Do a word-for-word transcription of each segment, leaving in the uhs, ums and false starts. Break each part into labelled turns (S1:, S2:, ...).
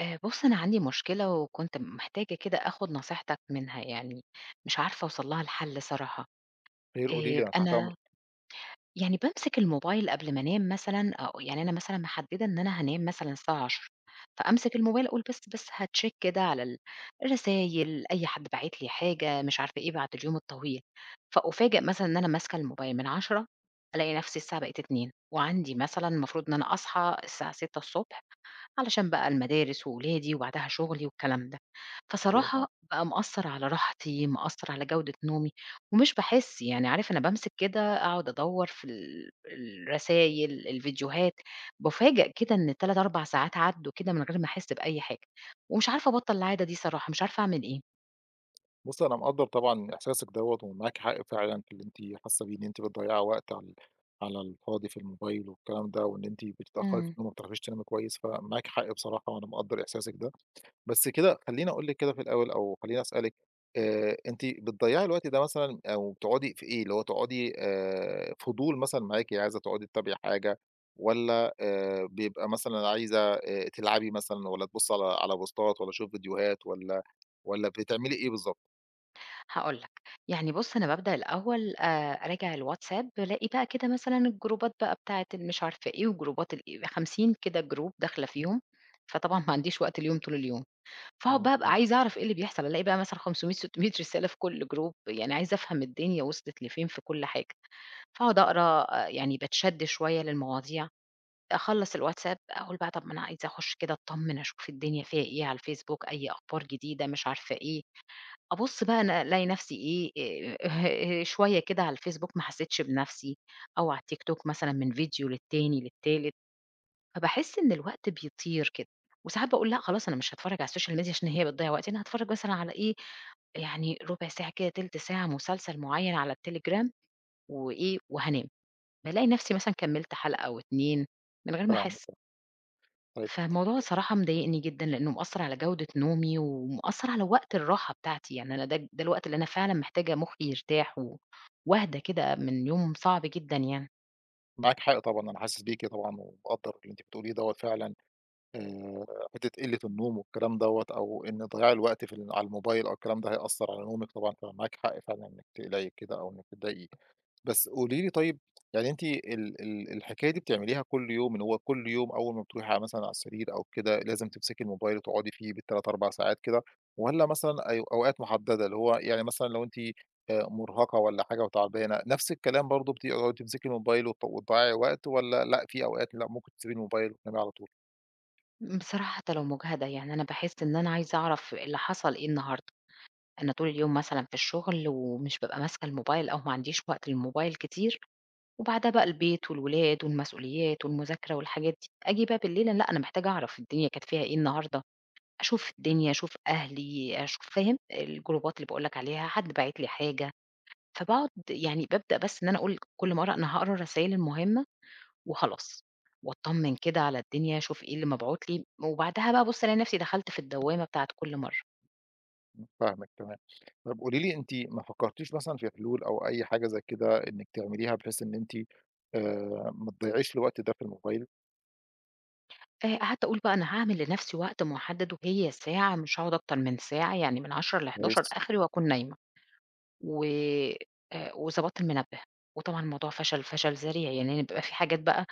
S1: آآ بُص، أنا عندي مشكلة وكنت محتاجة كده آخُد نصيحتك منها، يعني مش عارفة أوصل لها لحل صراحة.
S2: خير قولي لي،
S1: آآ
S2: أنا تحت
S1: أنا
S2: أمرِك،
S1: يعني بامسك الموبايل قبل ما أنام مثلًا أو يعني أنا مثلًا محدِّدة إن أنا هانام مثلًا الساعة عشرة فأمسك الموبايل أقول بس، بس هacheck كده على ال الرسايل، أي حد باعت لي حاجة، مش عارفة إيه، بعد اليوم الطويل. فأُفاجأ مثلًا إن أنا ماسكة الموبايل من عشرة ألاقي نفسي الساعة بقت اتنين وعندي مثلًا المفروض إن أنا أصحى الساعة ستة علشان بقى المدارس وولادي وبعدها شغلي والكلام ده.
S2: آه.
S1: فصراحة بقى مأثّر على راحتي، مأثّر على جودة نومي، ومش باحس يعني عارف أنا بامسك كده أقعد أدوّر في ال الرسايل، الفيديوهات، بافاجأ كده إن تلاتة، أربعة ساعات عدّوا كده من غير ما أحس بأي حاجة، ومش عارفة أبطّل العادة دي صراحة، مش عارفة أعمل إيه.
S2: بُصّي، أنا مقدّر طبعًا إحساسِك دوّة ومعاكِ حق فعلًا في اللي أنتِ حاسة بيه، إن أنتِ بتضيّعي وقت على ال على الفاضي في الموبايل والكلام ده، وإن أنتِ بتتأخّري في
S1: إمم.
S2: النوم وما بتعرفيش تنامي كويس، فمعاكِ حق بصراحة وأنا مقدّر إحساسِك ده. بس كده خلّيني أقول لِك كده في الأول أو خلّيني أسألِك، آآ أنتِ بتضيّعي الوقت ده مثلًا أو بتقعدي في إيه، اللي هو تقعدي آآ فضول مثلًا معاكِ عايزة تقعدي تتابعي حاجة والّا آآ بيبقى مثلًا عايزة آآ تلعبي مثلًا والّا تبُصّي على على بوستات والّا تشوفي فيديوهات والّا والّا بتعملي إيه بالضبط؟
S1: هاقول لك، يعني بُص أنا بابدأ الأول آآ أراجع الواتساب، بالاقي بقى كده مثلًا الجروبات بقى بتاعة المش عارفة إيه، وجروبات الإيه، خمسين كده جروب داخلة فيهم، فطبعًا ما عنديش وقت ليهم طول اليوم، فاقعد
S2: آه،
S1: بقى أبقى
S2: فهمت.
S1: عايزة أعرف إيه اللي بيحصل، ألاقي بقى مثلًا خمسمئة، ستميّة رسالة في كل جروب، يعني عايزة أفهم الدنيا وصلت لفين في كل حاجة، فاقعد أقرا آه، يعني باتشد شوية للمواضيع، أخلّص الواتساب أقول بقى طب ما أنا عايزة أخش كده أتطمن أشوف الدنيا فيها إيه على الفيسبوك، أي أخبار جديدة مش عارفة إيه، أبُص بقى أنا ألاقي نَفْسي إيه، آآ شوية كده على الفيسبوك ما حسيتش بنَفْسي، أو على التيك توك مثلًا من فيديو للتاني، للتالت، فباحس إن الوقت بيطير كده، وساعات باقول لأ خلاص أنا مش هاتفرّج على السوشيال ميديا عشان هي بتضيّع وقتي، أنا هاتفرّج مثلًا على إيه، يعني رُبع ساعة كده، تِلت ساعة مسلسل معيّن على التليجرام وإيه، وهانام. بالاقي نَفْسي مثلًا كمّلت حلقة أو اتنين من غير ما
S2: فاهمِك،
S1: أحس.
S2: طيب.
S1: فالموضوع الصراحة مضايقني جدًا، لإنه مأثّر على جودة نومي، ومأثّر على وقت الراحة بتاعتي، يعني أنا ده ده الوقت اللي أنا فعلًا محتاجة مخي يرتاح و وأهدى كده من يوم صعب جدًا يعني.
S2: معاكِ حق طبعًا، أنا حاسس بيكِ طبعًا ومقدّر اللي أنتِ بتقوليه دوّة فعلًا. آآ حتّة قِلّة النوم والكلام دوّة أو إن ضياع الوقت في ال على الموبايل أو الكلام ده هيأثّر على نومِك طبعًا، فمعاكِ حق فعلًا إنِّك تقلقي كده أو إنِّك تتضايقي. بس قولي لي طيب، يعني أنتِ ال ال الحكاية دي بتعمليها كل يوم، إن هو كل يوم أول ما بتروحي على مثلًا على السرير أو كده لازم تمسكي الموبايل وتقعدي فيه بال3، أربع ساعات كده، والّا مثلًا أي أوقات محدّدة، اللي هو يعني مثلًا لو أنتِ آآ مرهقة والّا حاجة وتعبانة، نفس الكلام برضه بتقعدي تمسكي الموبايل وت وتضيّعي وقت، والّا لأ، في أوقات لأ ممكن تسيبي الموبايل وتنامي على طول؟
S1: بصراحة حتى لو مُجهدة، يعني أنا باحس إن أنا عايزة أعرف اللي حصل إيه النهارده، أنا طول اليوم مثلًا في الشغل ومش بابقى ماسكة الموبايل أو ما عنديش وقت للموبايل كتير، وبعدها بقى البيت والولاد والمسؤوليات والمذاكرة والحاجات دي، آجي بقى بالليل لأ، أنا محتاجة أعرف الدنيا كانت فيها إيه النهارده؟ أشوف الدنيا، أشوف أهلي، أشوف فاهم؟ الجروبات اللي باقول لك عليها، حد باعت لي حاجة، فباقعد يعني بابدأ بس إن أنا أقول كل مرّة أنا هاقرا الرسايل المهمة وخلاص، وأطمن كده على الدنيا، أشوف إيه اللي مبعوت لي، وبعدها بقى بُص ألاقي نفسي دخلت في الدوّامة بتاعة كل مرّة،
S2: فاهمِك تمام. طب قولي لي، أنتِ ما فكرتيش مثلًا في حلول أو أي حاجة زي كده إنِّك تعمليها بحيث إن أنتِ آآ ما تضيّعيش الوقت ده في الموبايل
S1: فقعدت أقول بقى أنا هاعمل لنفسي وقت محدد وهي ساعة، مش هاقعد أكتر من ساعة، يعني من عشرة ل11:00
S2: كويس؟
S1: آخري وأكون نايمة، و آآ وضبطت المنبه، وطبعًا الموضوع فشل، فشل ذريع، يعني بيبقى في حاجات بقى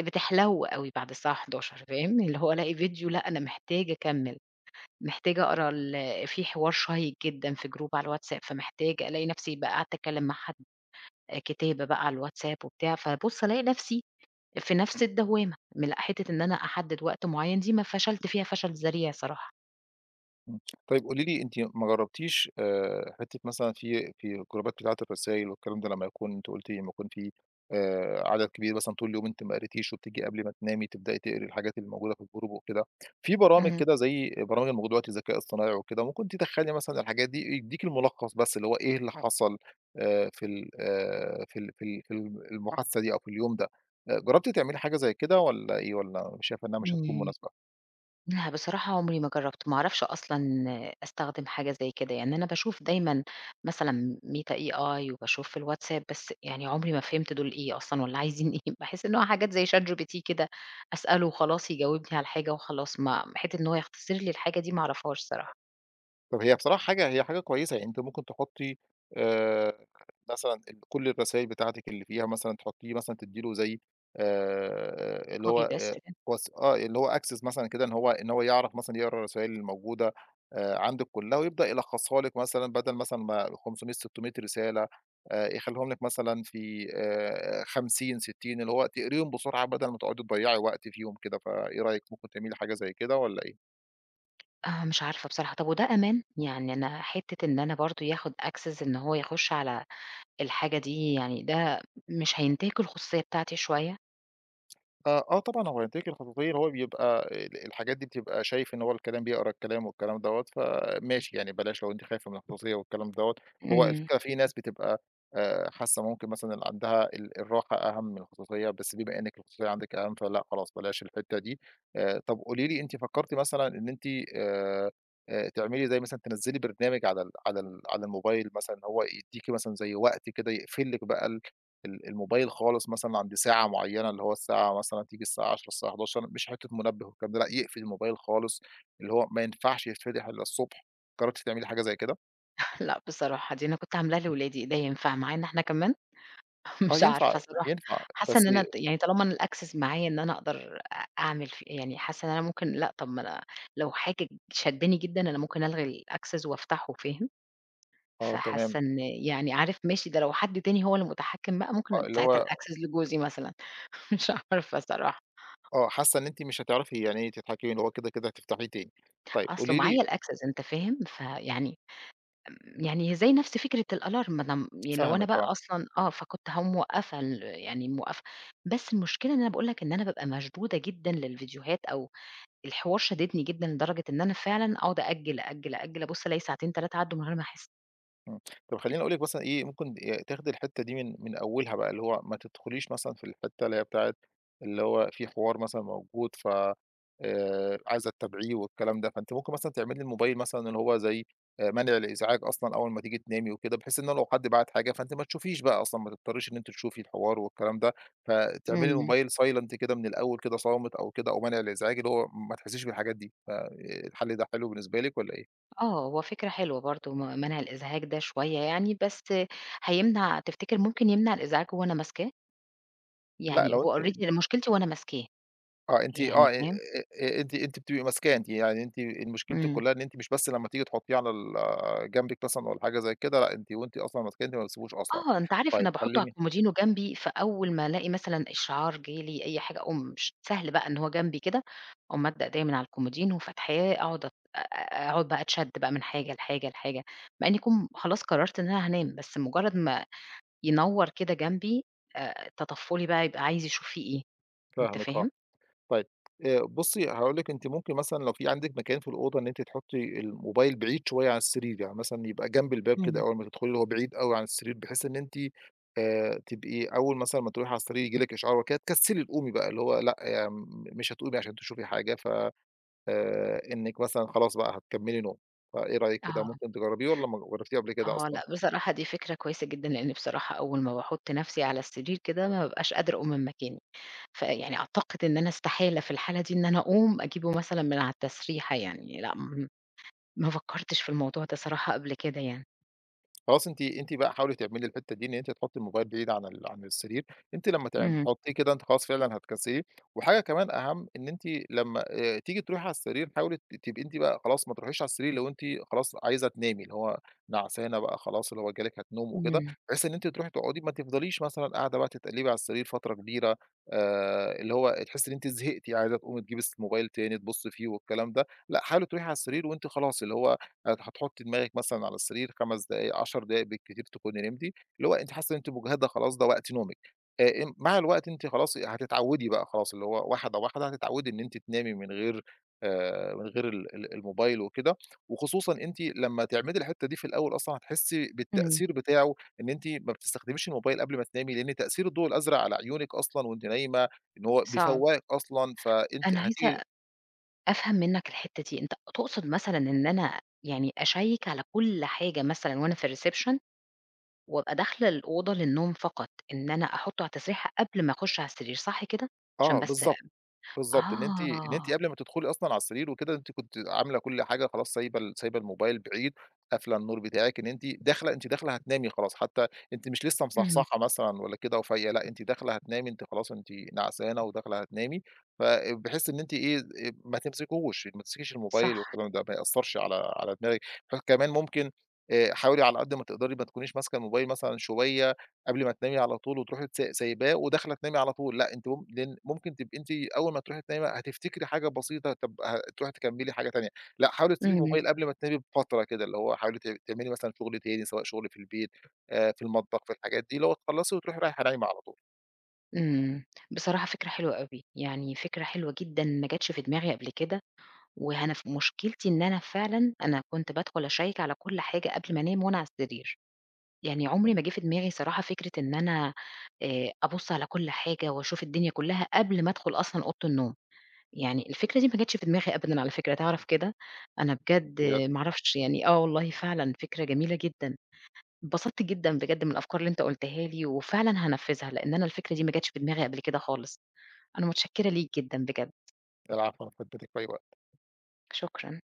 S1: بتحلو أوي بعد الساعة حداشر فاهم، اللي هو ألاقي فيديو لأ أنا محتاجة أكمّل، محتاجة أقرا ال في حوار شيّق جدًا في جروب على الواتساب، فمحتاجة ألاقي نفسي بقى قعدت أتكلّم مع حد، كتابة بقى على الواتساب وبتاع، فبُص ألاقي نفسي في نفس الدوّامة، من حتّة إن أنا أحدد وقت معيّن دي ما فشلت فيها فشل ذريع صراحة.
S2: إمم. طيب قولي لي، أنتِ ما جرّبتيش آآ حتّة مثلًا في في الجروبات بتاعة الرسايل والكلام ده، لمّا يكون أنتِ قُلتِ لمّا يكون في آآ عدد كبير مثلًا طول اليوم أنتِ ما قريتيش وبتيجي قبل ما تنامي تبدئي تقري الحاجات اللي موجودة في الجروب وكده، في برامج
S1: إمم.
S2: كده زي برامج الموجودة دلوقتي ذكاء اصطناعي وكده، ممكن تدخّلي مثلًا الحاجات دي يدّيكِ الملخص بس اللي هو إيه اللي حصل آآ في ال آآ في ال في ال في ال المحادثة دي أو في اليوم ده، آآ جرّبتِ تعملي حاجة زي كده والّا إيه، والّا شايفة إنها مش هتكون
S1: إمم.
S2: مناسبة؟
S1: لأ، بصراحة عمري ما جرّبت، ما أعرفش أصلًا أستخدم حاجة زي كده، يعني أنا باشوف دايمًا مثلًا ميتا ايه آي وباشوف في الواتساب، بس يعني عمري ما فهمت دول إيه أصلًا والّا عايزين إيه، باحس إن هو حاجات زي Chat جي بي تي كده أسأله وخلاص يجاوبني على الحاجة وخلاص، ما حتّة إن هو يختصر لي الحاجة دي ما أعرفهاش الصراحة.
S2: طب هي بصراحة حاجة هي حاجة كويسة، يعني أنتِ ممكن تحطّي آآ مثلًا ال كل الرسايل بتاعتِك اللي فيها مثلًا تحطّيه مثلًا تدّي له زي آآ اللي هو
S1: Copy paste
S2: آآ
S1: كده.
S2: وس آه، اللي هو access مثلًا كده إن هو إن هو يعرف مثلًا يقرا الرسايل الموجودة آآ عندِك كلّها ويبدأ يلخّصها لِك مثلًا بدل مثلًا ما خمسمئة، ستمية رسالة، آآ يخلّيهم لِك مثلًا في آآ خمسين، ستين اللي هو تقريهم بسرعة بدل ما تقعدي تضيّعي وقت فيهم كده، فإيه رأيِك، ممكن تعملي حاجة زي كده والّا إيه؟
S1: آه، مش عارفة بصراحة، طب وده أمان؟ يعني أنا حتّة إن أنا برضه ياخد access إن هو يخُش على الحاجة دي، يعني ده مش هينتهك الخصوصية بتاعتي شوية؟
S2: آه، آه طبعًا، هو النتايج الخططية هو بيبقى ال الحاجات دي بتبقى شايف إن هو الكلام بيقرا الكلام والكلام دوّة، فماشي يعني بلاش لو أنتِ خايفة من الخصوصية والكلام دوّة، هو
S1: إمم.
S2: الفكرة في ناس بتبقى آآ حاسة ممكن مثلًا اللي عندها ال الراحة أهم من الخصوصية، بس بما إنِّك الخصوصية عندِك أهم فلأ خلاص بلاش الحتّة دي، آآ طَب قولي لي، أنتِ فكّرتِ مثلًا إن أنتِ آآ آآ تعملي زي مثلًا تنزّلي برنامج على ال على ال على الموبايل مثلًا إن هو يدّيكِ مثلًا زي وقت كده يقفل لِك بقى ال ال الموبايل خالص مثلًا عند ساعة معيّنة، اللي هو الساعة مثلًا تيجي الساعة عشرة، الساعة حداشر مش حتّة منبه والكلام ده لأ، يقفل الموبايل خالص، اللي هو ما ينفعش يتفتح إلا الصبح، جرّبتِ تعملي حاجة زي كده؟
S1: لأ بصراحة دي أنا كنت عاملاها لولادي، ده ينفع معانا إحنا كمان؟
S2: آه
S1: مش
S2: ينفع.
S1: عارفة صراحة،
S2: ينفع.
S1: حاسة إن
S2: بس
S1: أنا ت يعني طالما أنا الaccess معايا إن أنا أقدر أ أعمل ف يعني حاسة إن أنا ممكن لأ طب ما أنا لو حاجة شدّاني جدًا أنا ممكن ألغي الaccess وافتحه فاهم؟
S2: آه تمام،
S1: فحاسة إن يعني عارف ماشي ده لو حد تاني هو اللي متحكم بقى ممكن
S2: آه
S1: أدّي
S2: اللي
S1: ساعتها
S2: هو
S1: الaccess لجوزي مثلًا. مش عارفة صراحة،
S2: آه، حاسّة إن أنتِ مش هتعرفي يعني ايه تتحكمي، اللي هو كده، كده هتفتحيه تاني. طيب
S1: أصله
S2: قولي لي.
S1: معايا الaccess أنت فاهم؟ فيعني يعني هي زي نفس فكرة الalarm ما دام يعني لو أنا
S2: فاهمِك
S1: بقى
S2: آه.
S1: أصلًا آه، فكنت هاقوم موقّفة ال يعني موقّفة، بس المشكلة إن أنا باقول لك إن أنا بابقى مشدودة جدًا للفيديوهات أو الحوار شاددني جدًا لدرجة إن أنا فعلًا أقعد أأجّل، أأجّل، أأجّل، أبُص ألاقي ساعتين ثلاثة عدّوا من غير ما أحس.
S2: إمم. طب خلّيني أقول لِك مثلًا إيه، ممكن ي تاخدي الحتّة دي من من أولها بقى، اللي هو ما تدخليش مثلًا في الحتّة اللي هي بتاعة اللي هو في حوار مثلًا موجود ف آآ عايزة تتابعيه والكلام ده، فأنتِ ممكن مثلًا تعملي الموبايل مثلًا اللي هو زي آآ منع الإزعاج أصلًا أول ما تيجي تنامي وكده، بحيث إن لو حد بعت حاجة فأنتِ ما تشوفيش بقى أصلًا، ما تضطريش إن أنتِ تشوفي الحوار والكلام ده، فتعملي
S1: إمم.
S2: الموبايل silent كده من الأول كده صامت أو كده أو منع الإزعاج، اللي هو ما تحسّيش بالحاجات دي، فالحل ده حلو بالنسبة لِك والّا إيه؟
S1: آه، هو فكرة حلوة برضه م منع الإزعاج ده شوية يعني، بس هيمنع تفتكر ممكن يمنع الإزعاج وأنا ماسكاه؟
S2: لأ
S1: يعني
S2: لو أنتِ
S1: هو already أنا مشكلتي وأنا ماسكاه،
S2: آه، أنتِ آه،
S1: يعني
S2: آآ
S1: فاهم؟
S2: آآ أنتِ أنتِ بتبقي ماسكاه أنتِ، يعني أنتِ مشكلتِك
S1: إمم.
S2: كلّها إن أنتِ مش بس لمّا تيجي تحطّيه على ال آه، جنبِك مثلًا والّا حاجة زي كده، لأ أنتِ وأنتِ أصلًا ماسكاه أنتِ ما بتسيبوش أصلًا.
S1: آه، أنت عارف
S2: طيب
S1: أنا باحطه على
S2: خلّيني.
S1: الكومودينو جنبي، فأول ما ألاقي مثلًا إشعار جه لي أي حاجة أقوم ش سهل بقى إن هو جنبي كده، أقوم مادة إيديّا من على الكومودينو فاتحاه أقعد أت أ أ أقعد بقى أتشد بقى من حاجة لحاجة، لحاجة، مع إني كم خلاص قررت إن أنا هانام، بس مجرد ما ينوّر كده جنبي آآ، تطفُّلي بقى يبقى عايز يشوف في إيه، أنت
S2: فاهمِك آه.
S1: فاهم؟
S2: طيب آآ بُصّي، هاقول لِك أنتِ ممكن مثلًا لو في عندِك مكان في الأوضة إن أنتِ تحطّي الموبايل بعيد شوية عن السرير، يعني مثلًا يبقى جنب الباب كده
S1: إمم.
S2: أول ما تدخلي، هو بعيد أوي عن السرير بحيث إن أنتِ آآ تبقي أول مثلًا ما تروحي على السرير ييجي لِك إشعار وكده تكسّلي تقومي بقى، اللي هو لأ، م مش هتقومي عشان تشوفي حاجة ف آآ إنِّك مثلًا خلاص بقى هتكمّلي نوم، فإيه رأيِك في ده،
S1: آه،
S2: ممكن تجرّبيه والّا ما جرّبتيه قبل كده
S1: آه،
S2: أصلًا؟
S1: لأ بصراحة دي فكرة كويسة جدًا، لإن بصراحة أول ما باحط نفسي على السرير كده ما بابقاش قادرة أقوم من مكاني. فيعني أعتقد إن أنا استحالة في الحالة دي إن أنا أقوم أجيبه مثلًا من على التسريحة يعني، لأ م ما فكّرتش في الموضوع ده صراحة قبل كده يعني.
S2: خلاص أنتِ. أنتِ بقى حاولي تعملي الحتّة دي، إن أنتِ تحطّي الموبايل بعيد عن ال عن السرير، أنتِ لمّا تعم
S1: إمم،
S2: تحطّيه كده أنتِ خلاص فعلًا هتكسّليه، وحاجة كمان أهم إن أنتِ لمّا آآ تيجي تروحي على السرير حاولي ت تبقي أنتِ بقى خلاص ما تروحيش على السرير لو أنتِ خلاص عايزة تنامي، اللي هو نعسانة بقى خلاص اللي هو جالِك هتنوم وكده،
S1: إمم،
S2: بحيث إن أنتِ تروحي تقعدي ما تفضليش مثلًا قاعدة بقى تتقلّبي على السرير فترة كبيرة، آآ اللي هو تحسّي إن أنتِ زهقتِ عايزة تقومي تجيبي الس الموبايل تاني تبُصّي فيه والكلام ده، لأ حاولي تروحي على السرير وأنتِ خلاص اللي هو هت هتحطي دماغِك مثلًا على السرير خمس دقايق، عشر دقايق بالكتير تكوني نمتِ، اللي هو أنتِ حاسة إن أنتِ مُجهدة خلاص ده وقت نومِك، آآ إم مع الوقت أنتِ خلاص هتتعودي بقى خلاص، اللي هو واحدة، واحدة هتتعودي إن أنتِ تنامي من غير آآ من غير ال ال الموبايل وكده، وخصوصًا أنتِ لمّا تعملي الحتّة دي في الأول أصلًا هتحسي
S1: إمم،
S2: بالتأثير بتاعه إن أنتِ ما بتستخدميش الموبايل قبل ما تنامي، لإن تأثير الضوء الأزرق على عيونِك أصلًا وأنتِ نايمة إن هو
S1: صعب.
S2: بيفوّقِك أصلًا، فأنتِ
S1: أنا عايزة
S2: هتيجي
S1: أفهم منّك الحتّة دي، أنت تقصد مثلًا إن أنا يعني أشيّك على كل حاجة مثلًا وأنا في الreception وأبقى داخلة الأوضة للنوم فقط، إن أنا أحطّه على التسريحة قبل ما أخُش على السرير، صح كده؟ عشان
S2: آه
S1: بس آه،
S2: بالضبط. بالضبط، إن أنتِ إن أنتِ قبل ما تدخلي أصلًا على السرير وكده، أنتِ كنتِ عاملة كل حاجة خلاص سايبة ال سايبة الموبايل بعيد، قافلة النور بتاعِك، إن أنتِ داخلة أنتِ داخلة هتنامي خلاص، حتى أنتِ مش لسه
S1: إمم،
S2: مصحصحة مثلًا ولا كده وفايقة، لأ أنتِ داخلة هتنامي، أنتِ خلاص أنتِ نعسانة وداخلة هتنامي، فبحيث إن أنتِ إيه، آآ ما تمسكيهوش، ما تمسكيش الموبايل
S1: صح،
S2: والكلام ده، ما يأثّرش على على دماغِك، فكمان ممكن آآ حاولي على قد ما تقدري ما تكونيش ماسكة الموبايل مثلًا شوية قبل ما تنامي على طول وتروحي تس سايباه وداخلة تنامي على طول، لأ أنتِ مم لأن ممكن تبقي أنتِ أول ما تروحي تنامي هتفتكري حاجة بسيطة، طب هتروحي تكمّلي حاجة تانية، لأ حاولي تسيبي
S1: إمم.
S2: الموبايل قبل ما تنامي بفترة كده، اللي هو حاولي ت تعملي مثلًا شغل تاني سواء شغل في البيت آآ، في المطبخ في الحاجات دي، اللي هو تخلّصي وتروحي رايحة نايمة على طول.
S1: إمم، بصراحة فكرة حلوة أوي، يعني فكرة حلوة جدًا ما جاتش في دماغي قبل كده، وأنا ف مشكلتي إن أنا فعلًا أنا كنت بادخل أشيّك على كل حاجة قبل ما أنام وأنا على السرير، يعني عمري
S2: إمم،
S1: ما جه في دماغي صراحة فكرة إن أنا آآ، أبُص على كل حاجة وأشوف الدنيا كلها قبل ما أدخل أصلًا أوضة النوم، يعني الفكرة دي ما جاتش في دماغي أبدًا على فكرة، تعرف كده؟ أنا بجد
S2: بجد.
S1: ما أعرفش يعني آه والله فعلًا فكرة جميلة جدًا، اتبسطت جدًا بجد من الأفكار اللي أنت قُلتها لي، وفعلًا هانفّذها، لإن أنا الفكرة دي ما جاتش في دماغي قبل كده خالص. أنا متشكرة ليك جدًا بجد،
S2: العفو، أنا في خدمتِك في أي وقت.
S1: شكرًا.